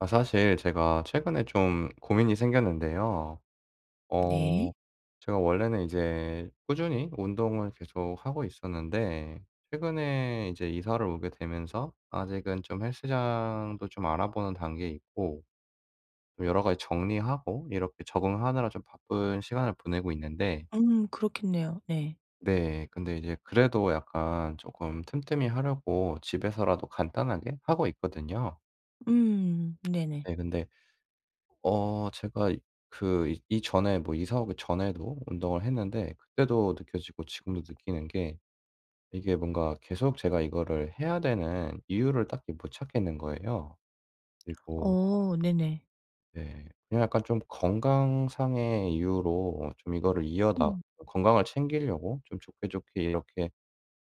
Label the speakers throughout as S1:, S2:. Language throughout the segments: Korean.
S1: 아 사실 제가 최근에 좀 고민이 생겼는데요.
S2: 네.
S1: 어 제가 원래는 이제 꾸준히 운동을 계속하고 있었는데, 최근에 이제 이사를 오게 되면서 아직은 좀 헬스장도 좀 알아보는 단계에 있고, 좀 여러 가지 정리하고 이렇게 적응하느라 좀 바쁜 시간을 보내고 있는데,
S2: 음, 그렇겠네요. 네.
S1: 네, 근데 이제 그래도 약간 조금 틈틈이 하려고 집에서라도 간단하게 하고 있거든요.
S2: 음, 네네.
S1: 네, 근데 제가 이 그 이 이전에 뭐 이사 오기 전에도 운동을 했는데, 그때도 느껴지고 지금도 느끼는 게, 이게 뭔가 계속 제가 이거를 해야 되는 이유를 딱히 못 찾겠는 거예요. 그리고
S2: 어, 네네.
S1: 네, 그냥 약간 좀 건강상의 이유로 좀 이거를 이어다
S2: 음.
S1: 건강을 챙기려고 좀 좋게 좋게 이렇게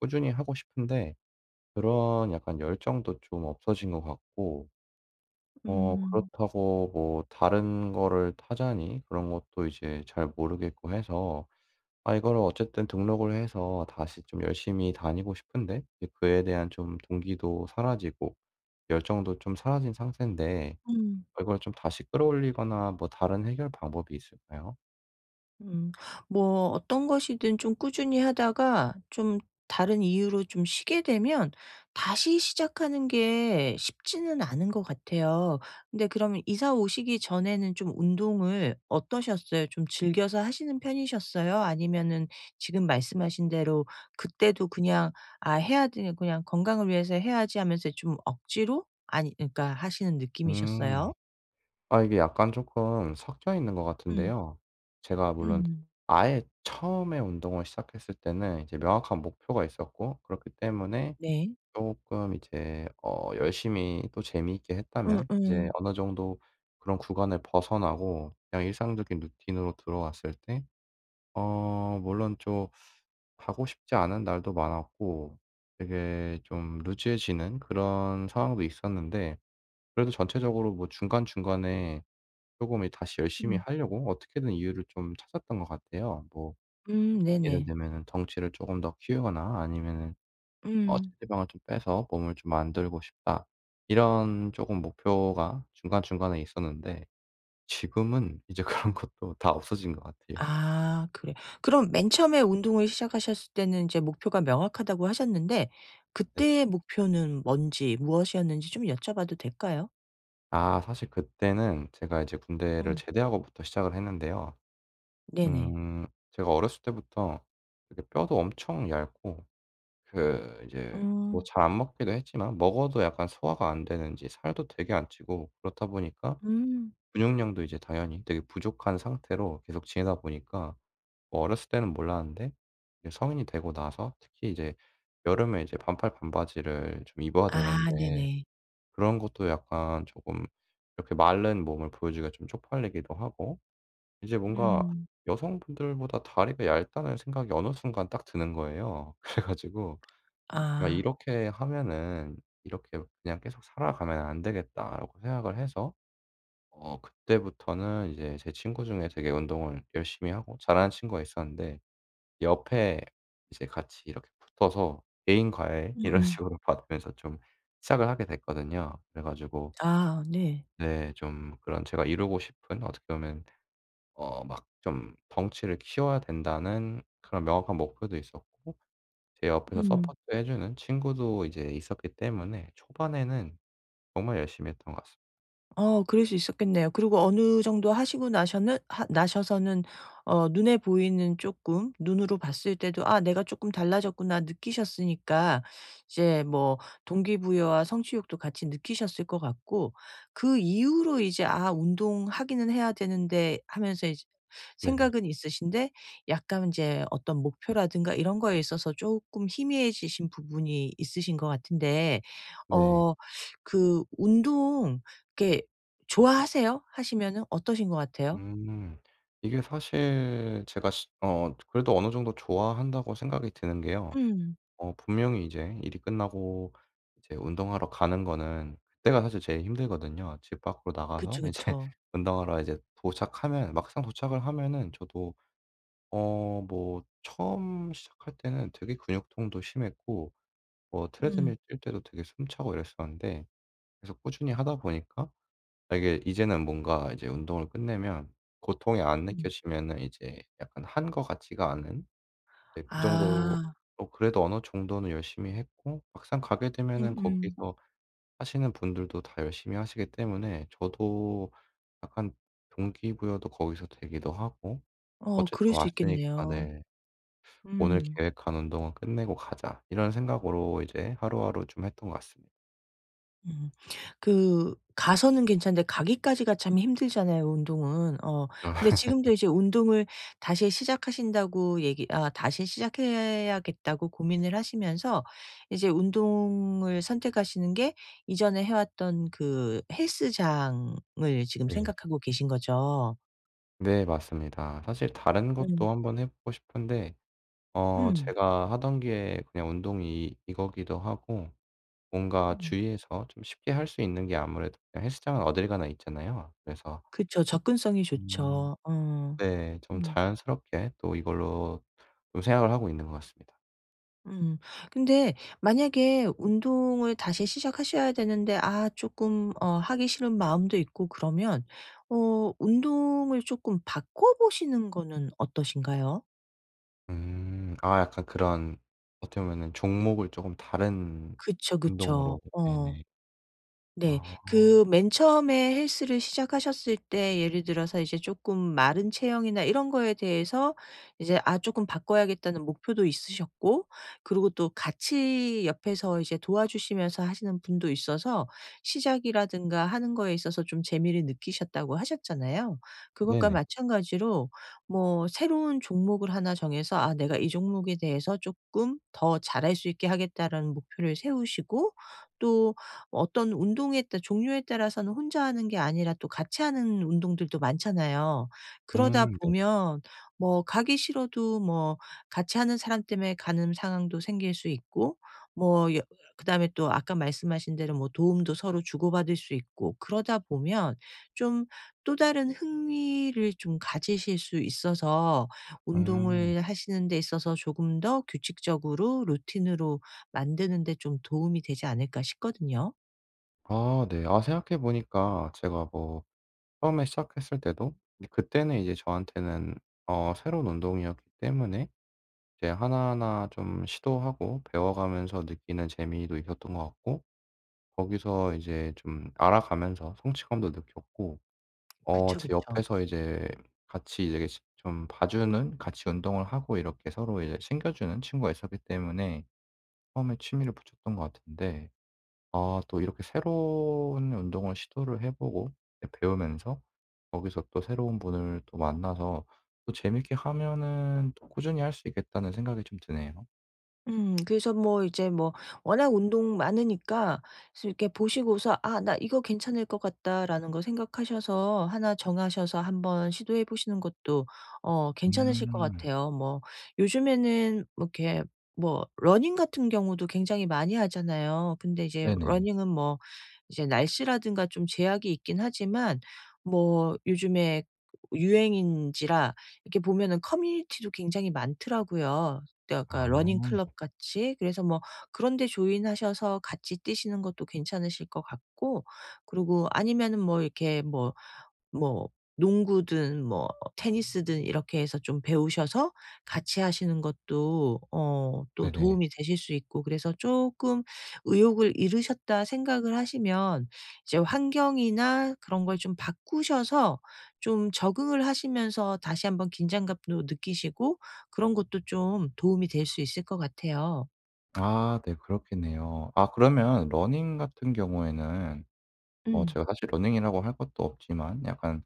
S1: 꾸준히 하고 싶은데, 그런 약간 열정도 좀 없어진 것 같고,
S2: 음.
S1: 그렇다고 뭐 다른 거를 타자니 그런 것도 이제 잘 모르겠고 해서, 아 이거를 어쨌든 등록을 해서 다시 좀 열심히 다니고 싶은데, 이제 그에 대한 좀 동기도 사라지고 열정도 좀 사라진 상태인데,
S2: 음.
S1: 이걸 좀 다시 끌어올리거나 뭐 다른 해결 방법이 있을까요?
S2: 음. 뭐 어떤 것이든 좀 꾸준히 하다가 좀 다른 이유로 좀 쉬게 되면 다시 시작하는 게 쉽지는 않은 것 같아요. 근데 그럼 이사 오시기 전에는 좀 운동을 어떠셨어요? 좀 즐겨서 하시는 편이셨어요? 아니면은 지금 말씀하신 대로 그때도 그냥 '아, 해야 되 그냥 건강을 위해서 해야지.' 하면서 좀 억지로, 아니 그러니까 하시는
S1: 음.
S2: 느낌이셨어요?
S1: 아 이게 약간 조금 섞여 있는 것
S2: 음.
S1: 같은데요. 제가 물론
S2: 음.
S1: 아예 처음에 운동을 시작했을 때는 이제 명확한 목표가 있었고, 그렇기 때문에
S2: 네.
S1: 쪼끔 이제 열심히 또 재미있게
S2: 음음.
S1: 했다면, 이제
S2: 음.
S1: 어느 정도 그런 구간을 벗어나고 그냥 일상적인 루틴으로 들어왔을 때, 물론 좀 가고 싶지 않은 날도 많았고, 되게 좀 루즈해지는 그런 상황도 있었는데, 그래도 전체적으로 뭐 중간중간에 쪼금 이 다시 열심히
S2: 음.
S1: 하려고 어떻게든 이유를 좀 찾았던 것 같아요. 뭐
S2: 음,
S1: 예를
S2: 네네.
S1: 들면은 덩치를 쪼금 더 키우거나 아니면은
S2: 음.
S1: '체지방을 좀 빼서 몸을 좀 만들고 싶다.' 이런 조금 목표가 중간중간에 있었는데, 지금은 이제 그런 것도 다 없어진 것 같아요.
S2: 아, 그래. 그럼 맨 처음에 운동을 시작하셨을 때는 이제 목표가 명확하다고 하셨는데
S1: 네.
S2: 그때의 목표는 뭔지, 무엇이었는지 좀 여쭤봐도 될까요?
S1: 아 사실 그때는 제가 이제 군대를
S2: 음.
S1: 제대하고부터 시작을 했는데요.
S2: 네. 네.
S1: 음 제가 어렸을 때부터 되게 뼈도 엄청 얇고, 그 이제 뭐
S2: 음,
S1: 잘 안 먹기도 했지만 먹어도 약간 소화가 안 되는지 살도 되게 안 찌고 그렇다 보니까,
S2: 음.
S1: 근육량도 이제 당연히 되게 부족한 상태로 계속 지내다 보니까, 뭐 어렸을 때는 몰랐는데, 이제 성인이 되고 나서 특히 이제 여름에 이제 반팔 반바지를 좀 입어야
S2: 아,
S1: 되는데,
S2: 네네.
S1: 그런 것도 약간 조금 이렇게 마른 몸을 보여주기가 좀 쪽팔리기도 하고, 이제 뭔가
S2: 음.
S1: 여성분들보다 다리가 얇다는 생각이 어느 순간 딱 드는 거예요. 그래 가지고 '야
S2: 아.
S1: 이렇게 하면은 이렇게 그냥 계속 살아가면 안 되겠다.'라고 생각을 해서, 그때부터는 이제 제 친구 중에 되게 운동을 열심히 하고 잘하는 친구가 있었는데, 옆에 이제 같이 이렇게 붙어서 개인 과외 이런
S2: 음음.
S1: 식으로 받으면서 좀 시작을 하게 됐거든요. 그래 가지고
S2: 아, 네.
S1: 네, 좀 그런 제가 이루고 싶은, 어떻게 보면 막 좀 덩치를 키워야 된다는 그런 명확한 목표도 있었고, 제 옆에서
S2: 음.
S1: 서포트해 주는 친구도 이제 있었기 때문에 초반에는 정말 열심히 했던 것 같습니다.
S2: 어, 그럴 수 있었겠네요. 그리고 어느 정도 하시고 나셔는 하 나셔서는 어 눈에 보이는 조금, 눈으로 봤을 때도 '아, 내가 조금 달라졌구나.' 느끼셨으니까 이제 뭐 동기부여와 성취욕도 같이 느끼셨을 것 같고, 그 이후로 이제 '아, 운동하기는 해야 되는데.' 하면서 이제
S1: 네네.
S2: 생각은 있으신데 약간 이제 어떤 목표라든가 이런 거에 있어서 조금 희미해지신 부분이 있으신 것 같은데,
S1: 네.
S2: 어, 그 운동 이렇게 좋아하세요? 하시면은 어떠신 것 같아요?
S1: 음. 이게 사실 제가 시 어 그래도 어느 정도 좋아한다고 생각이 드는 게요.
S2: 음.
S1: 분명히 이제 일이 끝나고 이제 운동하러 가는 거는 그때가 사실 제일 힘들거든요. 집 밖으로 나가서
S2: 그쵸,
S1: 이제
S2: 그쵸.
S1: 운동하러 이제 도착하면, 막상 도착을 하면은 저도 뭐 처음 시작할 때는 되게 근육통도 심했고, 뭐
S2: 음.
S1: 트레드밀 뛸 때도 되게 숨차고 이랬었는데, 계속 꾸준히 하다 보니까, 아 이게 이제는 뭔가 이제 운동을 끝내면 고통이 안
S2: 음.
S1: 느껴지면은 이제 약간 한 거 같지가 않은, 네 그 정도,
S2: 아.
S1: 그래도 언어 정도는 열심히 했고, 막상 가게 되면은
S2: 음음.
S1: 거기서 하시는 분들도 다 열심히 하시기 때문에, 저도 약간 동기부여도 거기서 되기도 하고,
S2: 어, 그럴
S1: 어쨌든
S2: 수
S1: 왔으니까,
S2: 있겠네요.
S1: 네 '오늘
S2: 음.
S1: 계획한 운동은 끝내고 가자.' 이런 생각으로 이제 하루하루 좀 했던 것 같습니다.
S2: 음. 그 가서는 괜찮은데 가기까지가 참 힘들잖아요, 운동은. 어, 근데 지금도 이제 운동을 다시 시작하신다고 얘기 아 다시 시작해야겠다고 고민을 하시면서 이제 운동을 선택하시는 게 이전에 해 왔던 그 헬스장을 지금
S1: 네.
S2: 생각하고 계신 거죠?
S1: 네, 맞습니다. 사실 다른 것도
S2: 음.
S1: 한번 해 보고 싶은데,
S2: 음.
S1: 제가 하던 게 그냥 운동이 이거기도 하고, 뭔가
S2: 음.
S1: 주위에서 좀 쉽게 할 수 있는 게 아무래도 그냥 헬스장은 어딜 가나 있잖아요. 그래서
S2: 그쵸. 접근성이
S1: 음,
S2: 좋죠. 어.
S1: 네, 좀
S2: 음.
S1: 자연스럽게 또 이걸로 좀 생각을 하고 있는 것 같습니다.
S2: 음. 근데 만약에 운동을 다시 시작하셔야 되는데 아 쪼끔 어 하기 싫은 마음도 있고 그러면 어 운동을 쪼끔 바꿔 보시는 거는 어떠신가요?
S1: 음. 아 약간 그런, 어떻게 보면은 종목을 쪼금 다른
S2: 그쵸, 그쵸.
S1: 운동으로.
S2: 어.
S1: 네네.
S2: 네.
S1: 아.
S2: 그 맨 처음에 헬스를 시작하셨을 때 예를 들어서 이제 쪼끔 마른 체형이나 이런 거에 대해서 이제 '아, 쪼끔 바꿔야겠다.'는 목표도 있으셨고, 그리고 또 같이 옆에서 이제 도와주시면서 하시는 분도 있어서 시작이라든가 하는 거에 있어서 좀 재미를 느끼셨다고 하셨잖아요. 그것과
S1: 네네.
S2: 마찬가지로 뭐 새로운 종목을 하나 정해서 '아, 내가 이 종목에 대해서 쪼끔 더 잘할 수 있게 하겠다.'라는 목표를 세우시고, 또 어떤 운동에 따라, 종류에 따라서는 혼자 하는 게 아니라 또 같이 하는 운동들도 많잖아요.
S1: 음,
S2: 그러다
S1: 네.
S2: 보면 뭐 가기 싫어도 뭐 같이 하는 사람 때문에 가는 상황도 생길 수 있고, 뭐 여 그다음에 또 아까 말씀하신 대로 뭐 도움도 서로 주고받을 수 있고, 그러다 보면 좀 또 다른 흥미를 좀 가지실 수 있어서
S1: 음.
S2: 운동을 하시는 데 있어서 조금 더 규칙적으로 루틴으로 만드는 데 좀 도움이 되지 않을까 싶거든요.
S1: 아 네. 아 생각해 보니까, 제가 뭐 처음에 시작했을 때도 이제 그때는 이제 저한테는 새로운 운동이었기 때문에, 이제 하나하나 좀 시도하고 배워가면서 느끼는 재미도 있었던 것 같고, 거기서 이제 좀 알아가면서 성취감도 느꼈고,
S2: 그쵸,
S1: 제
S2: 그쵸.
S1: 옆에서 이제 같이 이제 시 좀 봐주는, 같이 운동을 하고 이렇게 서로 이제 챙겨주는 친구가 있었기 때문에 처음에 취미를 붙였던 것 같은데, 아 또 이렇게 새로운 운동을 시도를 해 보고, 예 배우면서 거기서 또 새로운 분을 또 만나서 또 재밌게 하면은 또 꾸준히 할 수 있겠다는 생각이 좀 드네요.
S2: 음, 그래서 뭐 이제 뭐 워낙 운동 많으니까 그래서 이렇게 보시고서 '아, 나 이거 괜찮을 것 같다.'라는 거 생각하셔서 하나 정하셔서 한번 시도해 보시는 것도 어 괜찮으실 것
S1: 음.
S2: 같아요. 뭐 요즘에는 뭐 이렇게 뭐 러닝 같은 경우도 굉장히 많이 하잖아요. 근데 이제
S1: 네네.
S2: 러닝은 뭐 이제 날씨라든가 좀 제약이 있긴 하지만 뭐 요즘에 유행인지라 이렇게 보면은 커뮤니티도 굉장히 많더라고요. 약
S1: 아.
S2: 까 러닝 클럽 같이, 그래서 뭐 그런 데 조인하셔서 같이 뛰시는 것도 괜찮으실 것 같고, 그리고 아니면은 뭐 이렇게 뭐 뭐 농구든 뭐 테니스든 이렇게 해서 좀 배우셔서 같이 하시는 것도 어 또
S1: 네네.
S2: 도움이 되실 수 있고, 그래서 쪼끔 '의욕을 잃으셨다.' 생각을 하시면 이제 환경이나 그런 걸 좀 바꾸셔서 좀 적응을 하시면서 다시 한번 긴장감도 느끼시고 그런 것도 좀 도움이 될 수 있을 것 같아요.
S1: 아 네, 그렇겠네요. 아 그러면 러닝 같은 경우에는,
S2: 음.
S1: 제가 사실 러닝이라고 할 것도 없지만, 약간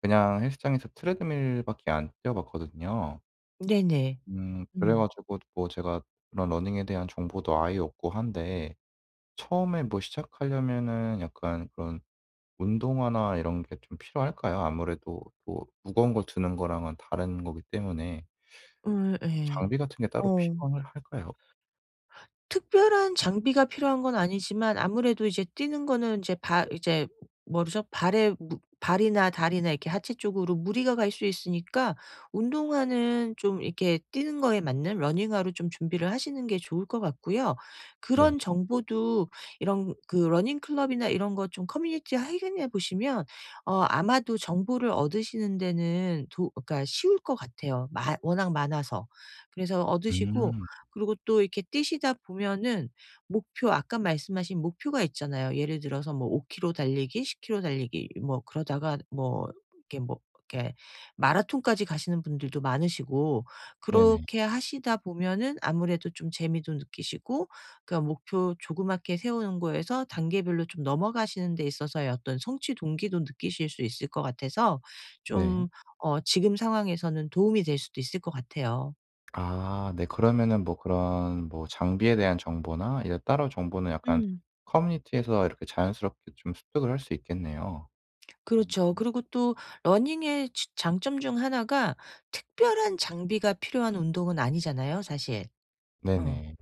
S1: 그냥 헬스장에서 트레드밀 밖에 안 뛰어 봤거든요.
S2: 네네.
S1: 그래
S2: 음.
S1: 가지고 뭐 제가 그런 러닝에 대한 정보도 아예 없고 한데, 처음에 뭐 시작하려면은 약간 그런 운동화나 이런 게 좀 필요할까요? 아무래도 또 무거운 걸 드는 거랑은 다른 거기 때문에,
S2: 음, 예.
S1: 장비 같은 게 따로
S2: 어.
S1: 필요할까요?
S2: 특별한 장비가 필요한 건 아니지만 아무래도 이제 뛰는 거는 이제 발 이제 뭐죠? 발에 무 발이나 다리나 이렇게 하체 쪽으로 무리가 갈 수 있으니까 운동화는 좀 이렇게 뛰는 거에 맞는 러닝화로 좀 준비를 하시는 게 좋을 것 같고요.
S1: 네.
S2: 그런 정보도 이런 그 러닝 클럽이나 이런 거 좀 커뮤니티에 확인해 보시면 어 아마도 정보를 얻으시는 데는 도 그러니까 쉬울 것 같아요. 마 워낙 많아서. 그래서 얻으시고,
S1: 음.
S2: 그리고 또 이렇게 뛰시다 보면은 목표, 아까 말씀하신 목표가 있잖아요. 예를 들어서 뭐 5 킬로 달리기, 10 킬로 달리기 뭐 그러다가 뭐 이렇게 뭐 이렇게 마라톤까지 가시는 분들도 많으시고,
S1: 네네.
S2: 그렇게 하시다 보면은 아무래도 좀 재미도 느끼시고, 그러니까 목표 조그맣게 세우는 거에서 단계별로 좀 넘어가시는 데 있어서의 어떤 성취 동기도 느끼실 수 있을 것 같아서
S1: 네.
S2: 좀 어 지금 상황에서는 도움이 될 수도 있을 것 같아요.
S1: 아 네. 그러면은 뭐 그런, 뭐 장비에 대한 정보나 이런 따로 정보는 약간
S2: 음.
S1: 커뮤니티에서 이렇게 자연스럽게 좀 습득을 할 수 있겠네요. 음.
S2: 그렇죠. 그리고 또 러닝의 장점 중 하나가 특별한 장비가 필요한 운동은 아니잖아요 사실. 어.
S1: 네네.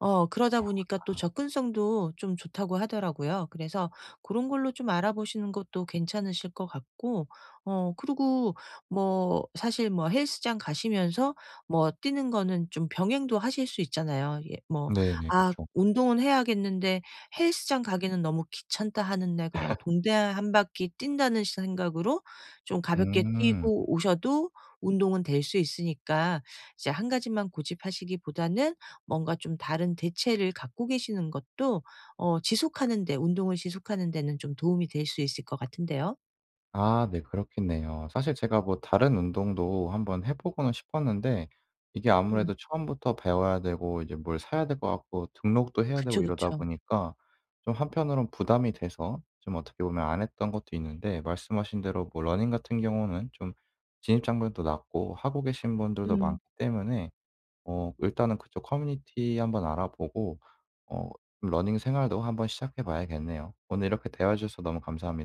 S2: 어 그러다 보니까 또 접근성도 좀 좋다고 하더라고요. 그래서 그런 걸로 좀 알아보시는 것도 괜찮으실 것 같고, 어 그리고 뭐 사실 뭐 헬스장 가시면서 뭐 뛰는 거는 좀 병행도 하실 수 있잖아요. 예 뭐
S1: 네네.
S2: '아
S1: 그쵸.
S2: 운동은 해야겠는데 헬스장 가기는 너무 귀찮다.' 하는 날 그냥 동대 한 바퀴 뛴다는 생각으로 좀 가볍게
S1: 음.
S2: 뛰고 오셔도 운동은 될 수 있으니까 이제 한 가지만 고집하시기보다는 뭔가 좀 다른 대체를 갖고 계시는 것도 어 지속하는 데, 운동을 지속하는 데는 좀 도움이 될 수 있을 것 같은데요.
S1: 아 네, 그렇겠네요. 사실 제가 뭐 다른 운동도 한번 해 보고는 싶었는데, 이게
S2: 음.
S1: 아무래도, 네. 처음부터 배워야 되고 이제 뭘 사야 될 것 같고 등록도 해야 되고
S2: 그쵸,
S1: 이러다
S2: 그쵸.
S1: 보니까 좀 한편으론 부담이 돼서 좀 어떻게 보면 안 했던 것도 있는데, 말씀하신 대로 뭐 러닝 같은 경우는 좀 진입장벽도 낮고 하고 계신 분들도
S2: 음.
S1: 많기 때문에, 일단은 그쪽 커뮤니티 한번 알아보고, 어 좀 러닝 생활도 한번 시작해 봐야겠네요. 오늘 이렇게 대화해 주셔서 너무 감사합니 다.